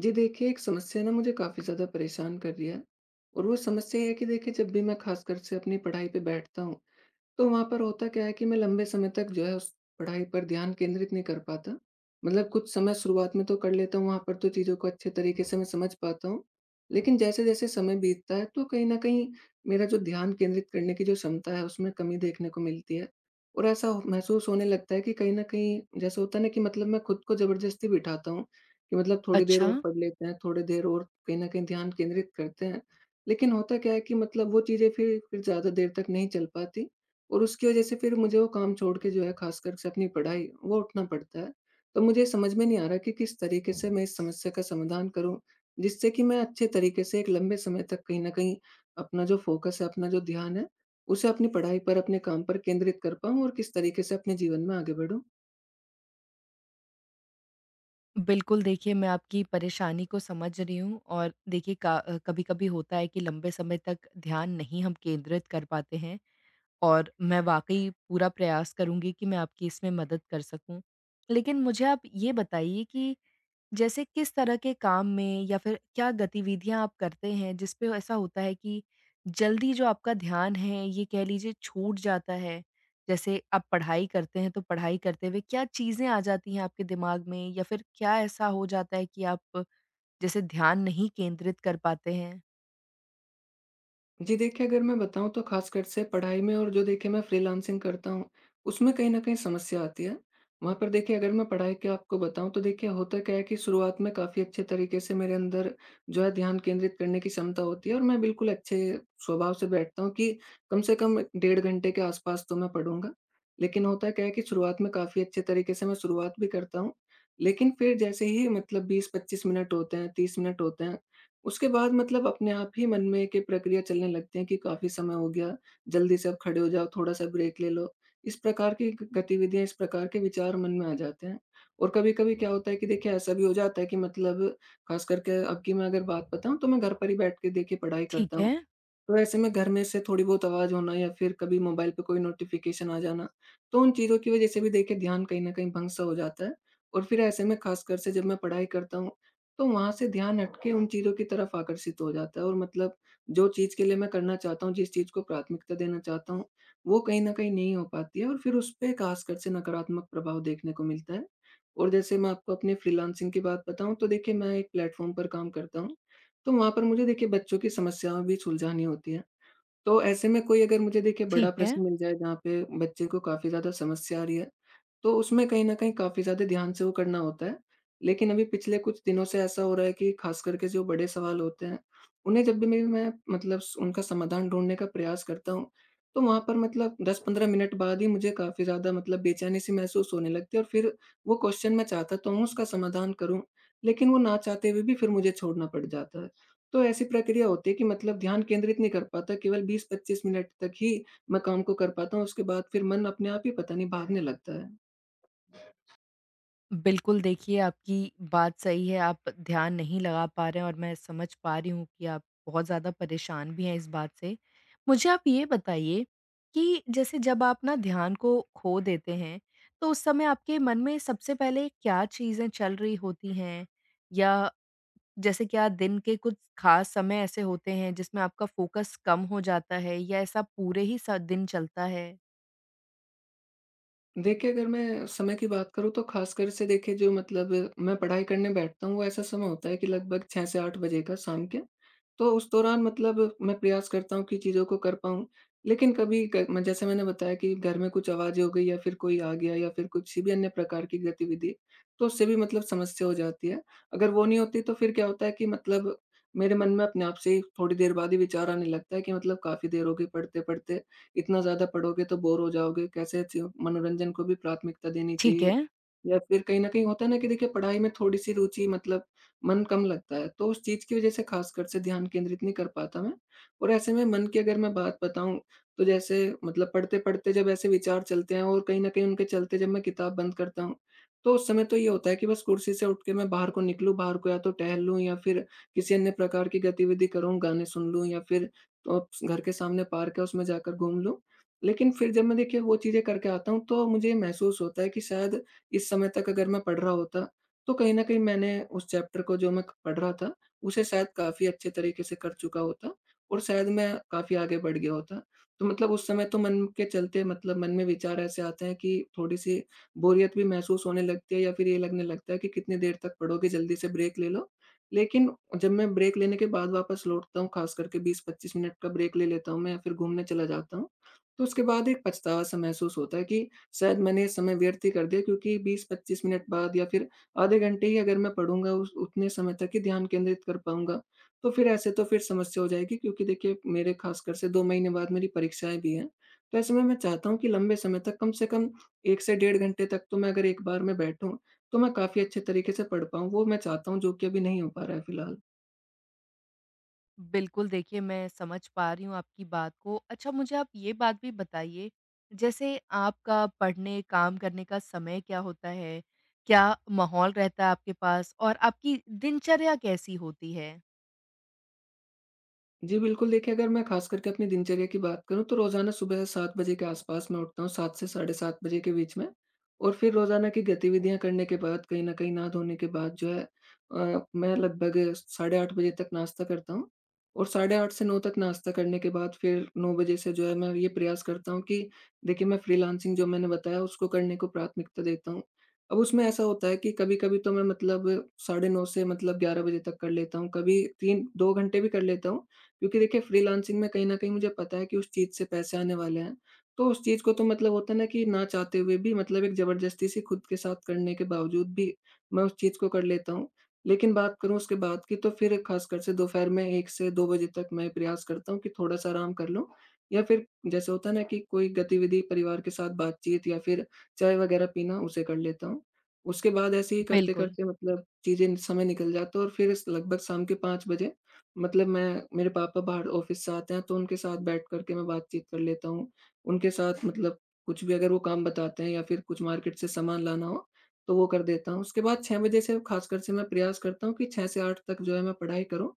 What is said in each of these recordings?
जी देखिए, एक समस्या ना मुझे काफ़ी ज़्यादा परेशान कर रही है और वो समस्या ये है कि देखिए जब भी मैं ख़ासकर से अपनी पढ़ाई पे बैठता हूँ, तो वहाँ पर होता क्या है कि मैं लंबे समय तक जो है उस पढ़ाई पर ध्यान केंद्रित नहीं कर पाता। मतलब कुछ समय शुरुआत में तो कर लेता हूँ, वहाँ पर तो चीज़ों को अच्छे तरीके से मैं समझ पाता हूँ। लेकिन जैसे-जैसे समय बीतता है तो कहीं न कहीं मेरा जो ध्यान केंद्रित करने की जो क्षमता है उसमें कमी देखने को मिलती है। और ऐसा महसूस होने लगता है कि कहीं न कहीं जैसे होता है ना कि मतलब मैं खुद को ज़बरदस्ती बिठाता हूँ कि मतलब थोड़ी देर अच्छा, और पढ़ लेते हैं, थोड़ी देर और कहीं न कहीं ध्यान केंद्रित करते हैं। लेकिन होता क्या है कि मतलब वो चीज़ें फिर ज़्यादा देर तक नहीं चल पाती और उसकी वजह से फिर मुझे वो काम छोड़ के जो है ख़ासकर से अपनी पढ़ाई, वो उठना पड़ता है। तो मुझे समझ में नहीं आ रहा कि किस तरीके से मैं इस समस्या का समाधान करूँ, जिससे कि मैं अच्छे तरीके से एक लंबे समय तक कहीं न कहीं अपना जो फ़ोकस है, अपना जो ध्यान है, उसे अपनी पढ़ाई पर, अपने काम पर केंद्रित कर पाऊँ और किस तरीके से अपने जीवन में आगे बढ़ूँ? बिल्कुल देखिए मैं आपकी परेशानी को समझ रही हूँ और कभी-कभी होता है कि लंबे समय तक ध्यान नहीं हम केंद्रित कर पाते हैं और मैं वाक़ई पूरा प्रयास करूँगी कि मैं आपकी इसमें मदद कर सकूँ। लेकिन मुझे आप ये बताइए कि जैसे किस तरह के काम में या फिर क्या गतिविधियाँ आप करते हैं जिस पे ऐसा होता है कि जल्दी जो आपका ध्यान है ये कह लीजिए छूट जाता है? जैसे आप पढ़ाई करते हैं तो पढ़ाई करते हुए क्या चीज़ें आ जाती हैं आपके दिमाग में या फिर क्या ऐसा हो जाता है कि आप जैसे ध्यान नहीं केंद्रित कर पाते हैं? जी देखिए, अगर मैं बताऊँ तो ख़ासकर से पढ़ाई में और जो देखिए मैं फ्रीलांसिंग करता हूँ, उसमें कहीं न कहीं समस्या आती है। वहाँ पर देखिए अगर मैं पढ़ाई की आपको बताऊँ तो देखिए होता क्या है कि शुरुआत में काफ़ी अच्छे तरीके से मेरे अंदर जो है ध्यान केंद्रित करने की क्षमता होती है और मैं बिल्कुल अच्छे स्वभाव से बैठता हूँ कि कम से कम 1.5 घंटे के आसपास तो मैं पढ़ूँगा। लेकिन होता क्या है कि शुरुआत में काफ़ी अच्छे तरीके से मैं शुरुआत भी करता हूँ, लेकिन फिर जैसे ही मतलब 20-25 मिनट होते हैं, 30 मिनट होते हैं उसके बाद मतलब अपने आप ही मन में एक प्रक्रिया चलने लगती है कि काफ़ी समय हो गया, जल्दी से अब खड़े हो जाओ, थोड़ा-सा ब्रेक ले लो। इस प्रकार की ग गतिविधियाँ, इस प्रकार के विचार मन में आ जाते हैं। और कभी-कभी क्या होता है कि देखिए ऐसा भी हो जाता है कि मतलब ख़ास करके अब की मैं अगर बात बताऊँ तो मैं घर पर ही बैठ के देखिए पढ़ाई करता ठीक हूँ। है। तो ऐसे में घर में से थोड़ी बहुत आवाज़ होना या फिर कभी मोबाइल पे कोई नोटिफ़िकेशन आ जाना, तो उन चीज़ों की वज़ह से भी देखिए ध्यान कहीं न कहीं भंग सा हो जाता है। और फिर ऐसे में ख़ासकर से जब मैं पढ़ाई करता हूँ, तो वहाँ से ध्यान हट के उन चीज़ों की तरफ आकर्षित हो जाता है और मतलब जो चीज़ के लिए मैं करना चाहता हूँ, जिस चीज़ को प्राथमिकता देना चाहता हूँ, वो कहीं न कहीं नहीं हो पाती है और फिर उसपे ख़ासकर से नकारात्मक प्रभाव देखने को मिलता है। और जैसे मैं आपको अपने फ्रीलांसिंग की बात बताऊँ, तो देखिए मैं एक प्लेटफ़ॉर्म पर काम करता हूँ, तो वहाँ पर मुझे देखिए बच्चों की समस्याएँ भी सुलझानी होती हैं। तो ऐसे में कोई अगर मुझे देखिए बड़ा ठीक है। प्रश्न मिल जाए जहाँ पे बच्चे को काफ़ी ज़्यादा समस्या आ रही है, तो उसमें कहीं न कहीं काफ़ी ज़्यादा ध्यान से वो करना होता है। लेकिन अभी पिछले कुछ दिनों से ऐसा हो रहा है कि ख़ास करके जो बड़े सवाल होते हैं, उन्हें जब भी मैं मतलब स उनका समाधान ढूँढने का प्रयास करता हूँ, तो वहाँ पर मतलब 10-15 मिनट बाद ही मुझे काफ़ी ज़्यादा मतलब बेचैनी-सी महसूस होने लगती है और फिर वो क्वेश्चन मैं चाहता तो हूँ उसका समाधान करूँ, लेकिन वो ना चाहते हुए भी फिर मुझे छोड़ना पड़ जाता है। तो ऐसी प्रक्रिया होती है कि मतलब ध्यान केंद्रित नहीं कर पाता, केवल 20-25 मिनट तक ही मैं काम को कर पाता हूँ, उसके बाद फिर मन अपने आप ही पता नहीं भागने लगता है। बिल्कुल, देखिए आपकी बात सही है, आप ध्यान नहीं लगा पा रहे हैं और मैं समझ पा रही हूँ कि आप बहुत ज़्यादा परेशान भी हैं इस बात से। मुझे आप ये बताइए कि जैसे जब आप ना ध्यान को खो देते हैं, तो उस समय आपके मन में सबसे पहले क्या चीज़ें चल रही होती हैं? या जैसे क्या दिन के कुछ ख़ास समय ऐसे होते हैं जिसमें आपका फ़ोकस कम हो जाता है या ऐसा पूरे ही स दिन चलता है? देखिए, अगर मैं समय की बात करूँ तो ख़ासकर से देखिए जो मतलब मैं पढ़ाई करने बैठता हूँ, वो ऐसा समय होता है कि लगभग 6 से 8 बजे का शाम के। तो उस दौरान मतलब मैं प्रयास करता हूँ कि चीज़ों को कर पाऊँ। लेकिन कभी क म जैसे मैंने बताया कि घर में कुछ आवाज़ें हो गई या फिर कोई आ गया या फिर किसी भी अन्य प्रकार की गतिविधि, तो उससे भी मतलब समस्या हो जाती है। अगर वो नहीं होती तो फिर क्या होता है कि मतलब मेरे मन में अपने आप से ही थोड़ी देर बाद ही विचार आने लगता है कि मतलब काफ़ी देर हो गई पढ़ते-पढ़ते, इतना ज़्यादा पढ़ोगे तो बोर हो जाओगे, कैसे च मनोरंजन को भी प्राथमिकता देनी ठीक चाहिए। है। या फिर कहीं न कहीं होता है ना कि देखिए पढ़ाई में थोड़ी-सी रुचि मतलब मन कम लगता है, तो उस चीज़ की वज़ह से ख़ासकर से ध्यान केंद्रित नहीं कर पाता मैं। और ऐसे में मन की अगर मैं बात बताऊँ, तो जैसे मतलब पढ़ते-पढ़ते जब ऐसे विचार चलते हैं और कहीं न कहीं उनके चलते जब मैं किताब बंद करता हूँ, तो उस समय तो ये होता है कि बस कुर्सी से उठ के मैं बाहर को निकलूँ, बाहर को या तो टहल लूँ या फिर किसी अन्य प्रकार की गतिविधि करूँ, गाने सुन लूँ या फिर तो घर के सामने पार्क है उसमें जाकर घूम लूँ। लेकिन फिर जब मैं देखिए वो चीज़ें करके आता हूँ, तो मुझे महसूस होता है कि शायद इस समय तक अगर मैं पढ़ रहा होता, तो कहीं न कहीं मैंने उस चैप्टर को जो मैं पढ़ रहा था, उसे शायद काफ़ी अच्छे तरीके से कर चुका होता और शायद मैं काफ़ी आगे बढ़ गया होता। तो मतलब उस समय तो मन के चलते मतलब मन में विचार ऐसे आते हैं कि थोड़ी-सी बोरियत भी महसूस होने लगती है या फिर ये लगने लगता है कि कितनी देर तक पढ़ोगे, जल्दी से ब्रेक ले लो। लेकिन जब मैं ब्रेक लेने के बाद वापस लौटता हूँ, ख़ास करके 20-25 मिनट का ब्रेक ले लेता हूँ मैं या फिर घूमने चला जाता हूँ, तो उसके बाद एक पछतावा-सा महसूस होता है कि शायद मैंने ये समय व्यर्थ ही कर दिया क्योंकि 20-25 मिनट बाद या फिर आधे घंटे ही अगर मैं पढ़ूँगा उस उतने समय तक ही ध्यान केंद्रित कर पाऊँगा। तो फिर ऐसे तो फिर समस्या हो जाएगी क्योंकि देखिए मेरे ख़ासकर से 2 महीने बाद मेरी परीक्षाएँ भी हैं। तो ऐसे में मैं चाहता हूँ कि लंबे समय तक कम से कम 1 से 1.5 घंटे तक तो मैं अगर एक बार में बैठूँ, तो मैं काफ़ी अच्छे तरीके से पढ़ पाऊँ। वो मैं चाहता हूँ जो कि अभी नहीं हो पा रहा है फिलहाल। बिल्कुल, देखिए मैं समझ पा रही हूँ आपकी बात को। अच्छा मुझे आप ये बात भी बताइए, जैसे आपका पढ़ने, काम करने का समय क्या होता है? क्या माहौल रहता है आपके पास और आपकी दिनचर्या कैसी होती है? जी, बिल्कुल देखिए अगर मैं ख़ास करके अपनी दिनचर्या की बात करूँ तो रोज़ाना सुबह 7 बजे के आस-पास मैं उठता हूँ, 7 से साढ़े 7 बजे के बीच में। और फिर रोज़ाना की गतिविधियाँ करने के बाद कहीं न कहीं नहा धोने के बाद जो है मैं लगभग साढ़े 8 बजे तक नाश्ता करता हूँ। और साढ़े 8 से 9 तक नाश्ता करने के बाद फिर 9 बजे से जो है मैं ये प्रयास करता हूँ कि देखिए मैं फ्रीलांसिंग जो मैंने बताया उसको करने को प्राथमिकता देता हूँ। अब उसमें ऐसा होता है कि कभी-कभी तो मैं मतलब साढ़े 9 से मतलब 11 बजे तक कर लेता हूँ, कभी 3 2 घंटे भी कर लेता हूँ। क्योंकि देखिए फ्रीलांसिंग में कहीं न कहीं मुझे पता है कि उस चीज़ से पैसे आने वाले हैं। तो उस चीज़ को तो मतलब होता है ना कि ना चाहते हुए भी मतलब एक ज़बरदस्ती से खुद के साथ करने के बावजूद भी मैं उस चीज़ को कर लेता हूँ। लेकिन बात करूँ उसके बाद की तो फिर ख़ासकर से दोपहर में 1 से 2 बजे तक मैं प्रयास करता हूँ कि थोड़ा-सा आराम कर लूँ या फिर जैसे होता है ना कि कोई गतिविधि परिवार के साथ बातचीत या फिर चाय वग़ैरह पीना उसे कर लेता हूँ। उसके बाद ऐसे ही बिल्कुल, करते-करते मतलब चीज़ें समय निकल जाता है और फिर लगभग शाम के 5 बजे मतलब मैं मेरे पापा बाहर ऑफ़िस से आते हैं तो उनके साथ बैठ कर के मैं बातचीत कर लेता हूँ। उनके साथ मतलब कुछ भी अगर वो काम बताते हैं या फिर कुछ मार्केट से सामान लाना हो, तो वो कर देता हूँ। उसके बाद 6 बजे से ख़ासकर से मैं प्रयास करता हूँ कि 6 से 8 तक जो है मैं पढ़ाई करूँ।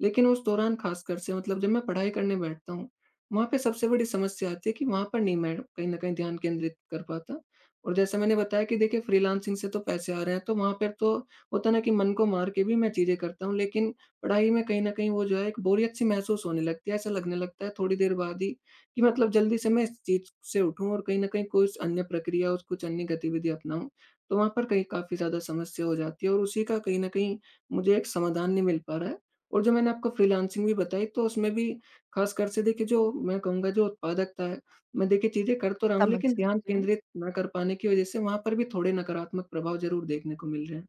लेकिन उस दौरान ख़ासकर से मतलब जब मैं पढ़ाई करने बैठता हूँ, वहाँ पे सबसे बड़ी समस्या आती है कि वहाँ पर नहीं मैं कहीं न कहीं ध्यान केंद्रित कर पाता। और जैसा मैंने बताया कि देखिए फ्रीलांसिंग से तो पैसे आ रहे हैं, तो वहाँ पर तो होता है ना कि मन को मार के भी मैं चीज़ें करता हूँ लेकिन पढ़ाई में कहीं न कहीं वो जो है एक बोरियत सी महसूस होने लगती है। ऐसा लगने लगता है थोड़ी देर बाद ही कि मतलब जल्दी से मैं इस चीज़ से उठूँ और कहीं न कहीं कुछ अन्य प्रक्रिया और कुछ अन्य गतिविधि अपनाऊँ। तो वहाँ पर कहीं काफ़ी ज़्यादा समस्या हो जाती है और उसी का कहीं न कहीं मुझे एक समाधान नहीं मिल पा रहा है। और जो मैंने आपको फ्रीलांसिंग भी बताई तो उसमें भी ख़ासकर से देखिए जो मैं कहूँगा जो उत्पादकता है, मैं देखिए चीज़ें कर तो रहा हूँ समझ लेकिन ध्यान सकती हूँ। केंद्रित ना कर पाने की वज़ह से वहाँ पर भी थोड़े नकारात्मक प्रभाव ज़रूर देखने को मिल रहे हैं।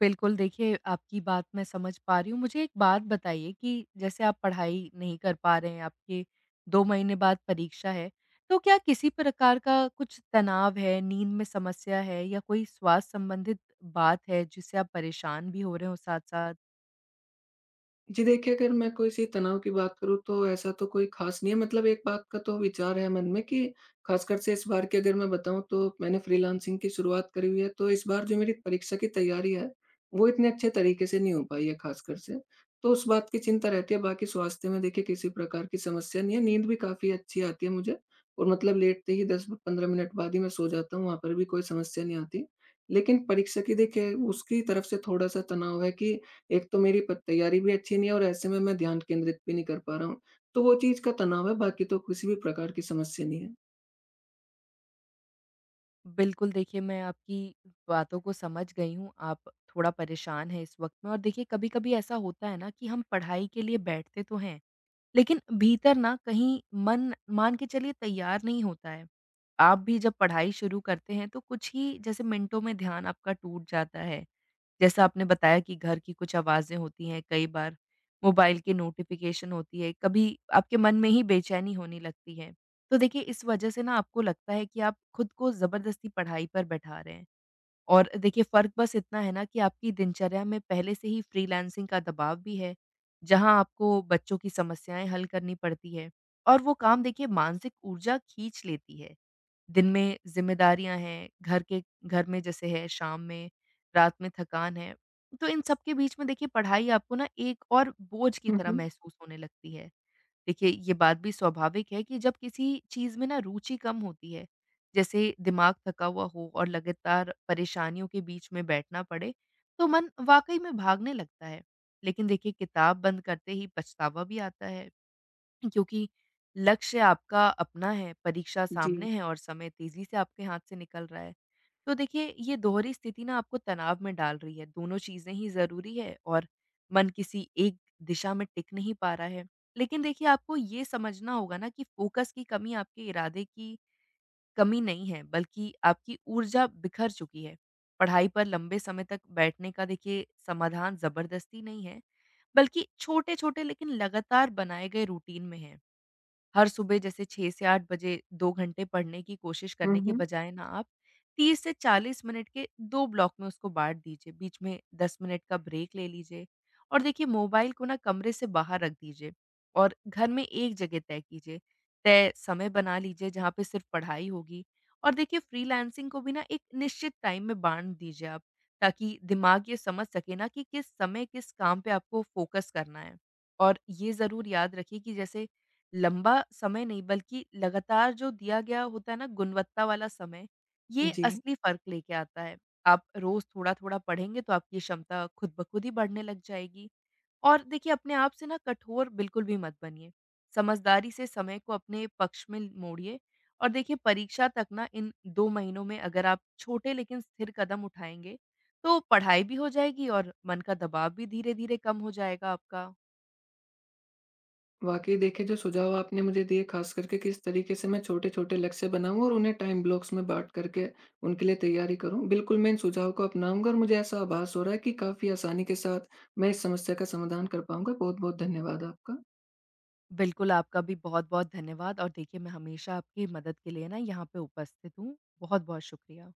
बिल्कुल, देखिए आपकी बात मैं समझ पा रही हूँ। मुझे एक बात बताइए कि जैसे आप पढ़ाई नहीं कर पा रहे हैं, आपके 2 महीने बाद परीक्षा है, तो क्या किसी प्रकार का कुछ तनाव है, नींद में समस्या है या कोई स्वास्थ्य संबंधित बात है जिससे आप परेशान भी हो रहे हो साथ-साथ? जी देखिए, अगर मैं किसी तनाव की बात करूँ तो ऐसा तो कोई ख़ास नहीं है मतलब एक बात का तो विचार है मन में कि ख़ासकर से इस बार की अगर मैं बताऊँ तो मैंने फ्रीलांसिंग की शुरुआत करी हुई है, तो इस बार जो मेरी परीक्षा की तैयारी है, वो इतने अच्छे तरीके से नहीं हो पाई है ख़ासकर से। तो उस बात की चिंता रहती है, बाकी स्वास्थ्य में देखिए किसी प्रकार की समस्या नहीं है, नींद भी काफ़ी अच्छी आती है मुझे और मतलब लेटते ही 10-15 मिनट बाद ही मैं सो जाता हूँ, वहाँ पर भी कोई समस्या नहीं आती। लेकिन परीक्षा की देखिए उसकी तरफ से थोड़ा-सा तनाव है कि एक तो मेरी प तैयारी भी अच्छी नहीं है और ऐसे में मैं ध्यान केंद्रित भी नहीं कर पा रहा हूँ। तो वो चीज़ का तनाव है, बाकी तो किसी भी प्रकार की समस्या नहीं है। बिल्कुल, देखिए मैं आपकी बातों को समझ गई हूँ, आप थोड़ा परेशान हैं इस वक़्त में और देखिए कभी-कभी ऐसा होता है ना कि हम पढ़ाई के लिए बैठते तो हैं, लेकिन भीतर ना कहीं मन मान के चलिए तैयार नहीं होता है। आप भी जब पढ़ाई शुरू करते हैं तो कुछ ही जैसे मिनटों में ध्यान आपका टूट जाता है। जैसा आपने बताया कि घर की कुछ आवाज़ें होती हैं, कई बार मोबाइल की नोटिफ़िकेशन होती है, कभी आपके मन में ही बेचैनी होने लगती है। तो देखिए इस वज़ह से ना आपको लगता है कि आप खुद को ज़बरदस्ती पढ़ाई पर बैठा रहे हैं। और देखिए फ़र्क बस इतना है ना कि आपकी दिनचर्या में पहले से ही फ्रीलांसिंग का दबाव भी है, जहाँ आपको बच्चों की समस्याएँ हल करनी पड़ती है और वो काम देखिए मानसिक ऊर्जा खींच लेती है। दिन में ज़िम्मेदारियाँ हैं, घर में जैसे है, शाम में, रात में थकान है। तो इन सब के बीच में देखिए पढ़ाई आपको ना एक और बोझ की हुँ, तरह हुँ। महसूस होने लगती है। देखिए ये बात भी स्वाभाविक है कि जब किसी चीज़ में ना रुचि कम होती है, जैसे दिमाग थका हुआ हो और लगातार परेशानियों के बीच में बैठना पड़े, तो मन वाक़ई में भागने लगता है। लेकिन देखिए किताब बंद करते ही पछतावा भी आता है। क्योंकि लक्ष्य आपका अपना है, परीक्षा जी। सामने है और समय तेज़ी से आपके हाथ से निकल रहा है। तो देखिए, ये दोहरी स्थिति ना आपको तनाव में डाल रही है, दोनों चीज़ें ही ज़रूरी है और मन किसी एक दिशा में टिक नहीं पा रहा है। लेकिन देखिए, आपको ये समझना होगा ना कि फ़ोकस की कमी आपके इरादे की कमी नहीं है, बल्कि आपकी ऊर्जा बिखर चुकी है। पढ़ाई पर लंबे समय तक बैठने का देखिए समाधान ज़बरदस्ती नहीं है, बल्कि छोटे-छोटे लेकिन लगातार बनाए गए रूटीन में है। हर सुबह जैसे 6 से 8 बजे 2 घंटे पढ़ने की कोशिश हुँ, करने के हुँ। बजाय ना आप 30 से 40 मिनट के 2 ब्लॉक में उसको बाँट दीजिए। बीच में 10 मिनट का ब्रेक ले लीजिए और देखिए मोबाइल को ना कमरे से बाहर रख दीजिए और घर में एक जगह तय कीजिए। तय समय बना लीजिए जहाँ पे सिर्फ़ पढ़ाई होगी और देखिए फ्रीलांसिंग को भी ना एक निश्चित टाइम में बाँट दीजिए आप, ताकि दिमाग ये समझ सके ना कि किस समय किस काम पे आपको फ़ोकस करना है। और ये ज़रूर याद रखिए कि जैसे लंबा समय नहीं बल्कि लगातार जो दिया गया होता है ना गुणवत्ता वाला समय, ये जी। असली फ़र्क लेके आता है। आप रोज़ थोड़ा-थोड़ा पढ़ेंगे तो आपकी क्षमता खुद ब खुद ही बढ़ने लग जाएगी। और देखिए अपने आप से ना कठोर बिल्कुल भी मत बनिए। समझदारी से समय को अपने पक्ष में मोड़िए और देखिए परीक्षा तक ना इन 2 महीनों में अगर आप छोटे लेकिन स्थिर कदम उठाएँगे, तो पढ़ाई भी हो जाएगी और मन का दबाव भी धीरे-धीरे कम हो जाएगा आपका। वाक़ई देखिए जो सुझाव आपने मुझे दिए ख़ास करके किस तरीके से मैं छोटे-छोटे लक्ष्य बनाऊँ और उन्हें टाइम ब्लॉक्स में बाँट करके उनके लिए तैयारी करूँ। बिल्कुल मैं इन सुझाव को अपनाऊँगा और मुझे ऐसा आभास हो रहा है कि काफ़ी आसानी के साथ मैं इस समस्या का समाधान कर पाऊँगा। बहुत-बहुत धन्यवाद आपका। बिल्कुल, आपका भी बहुत-बहुत धन्यवाद और देखिए मैं हमेशा आपकी मदद के लिए ना यहाँ पे उपस्थित हूँ। बहुत-बहुत शुक्रिया।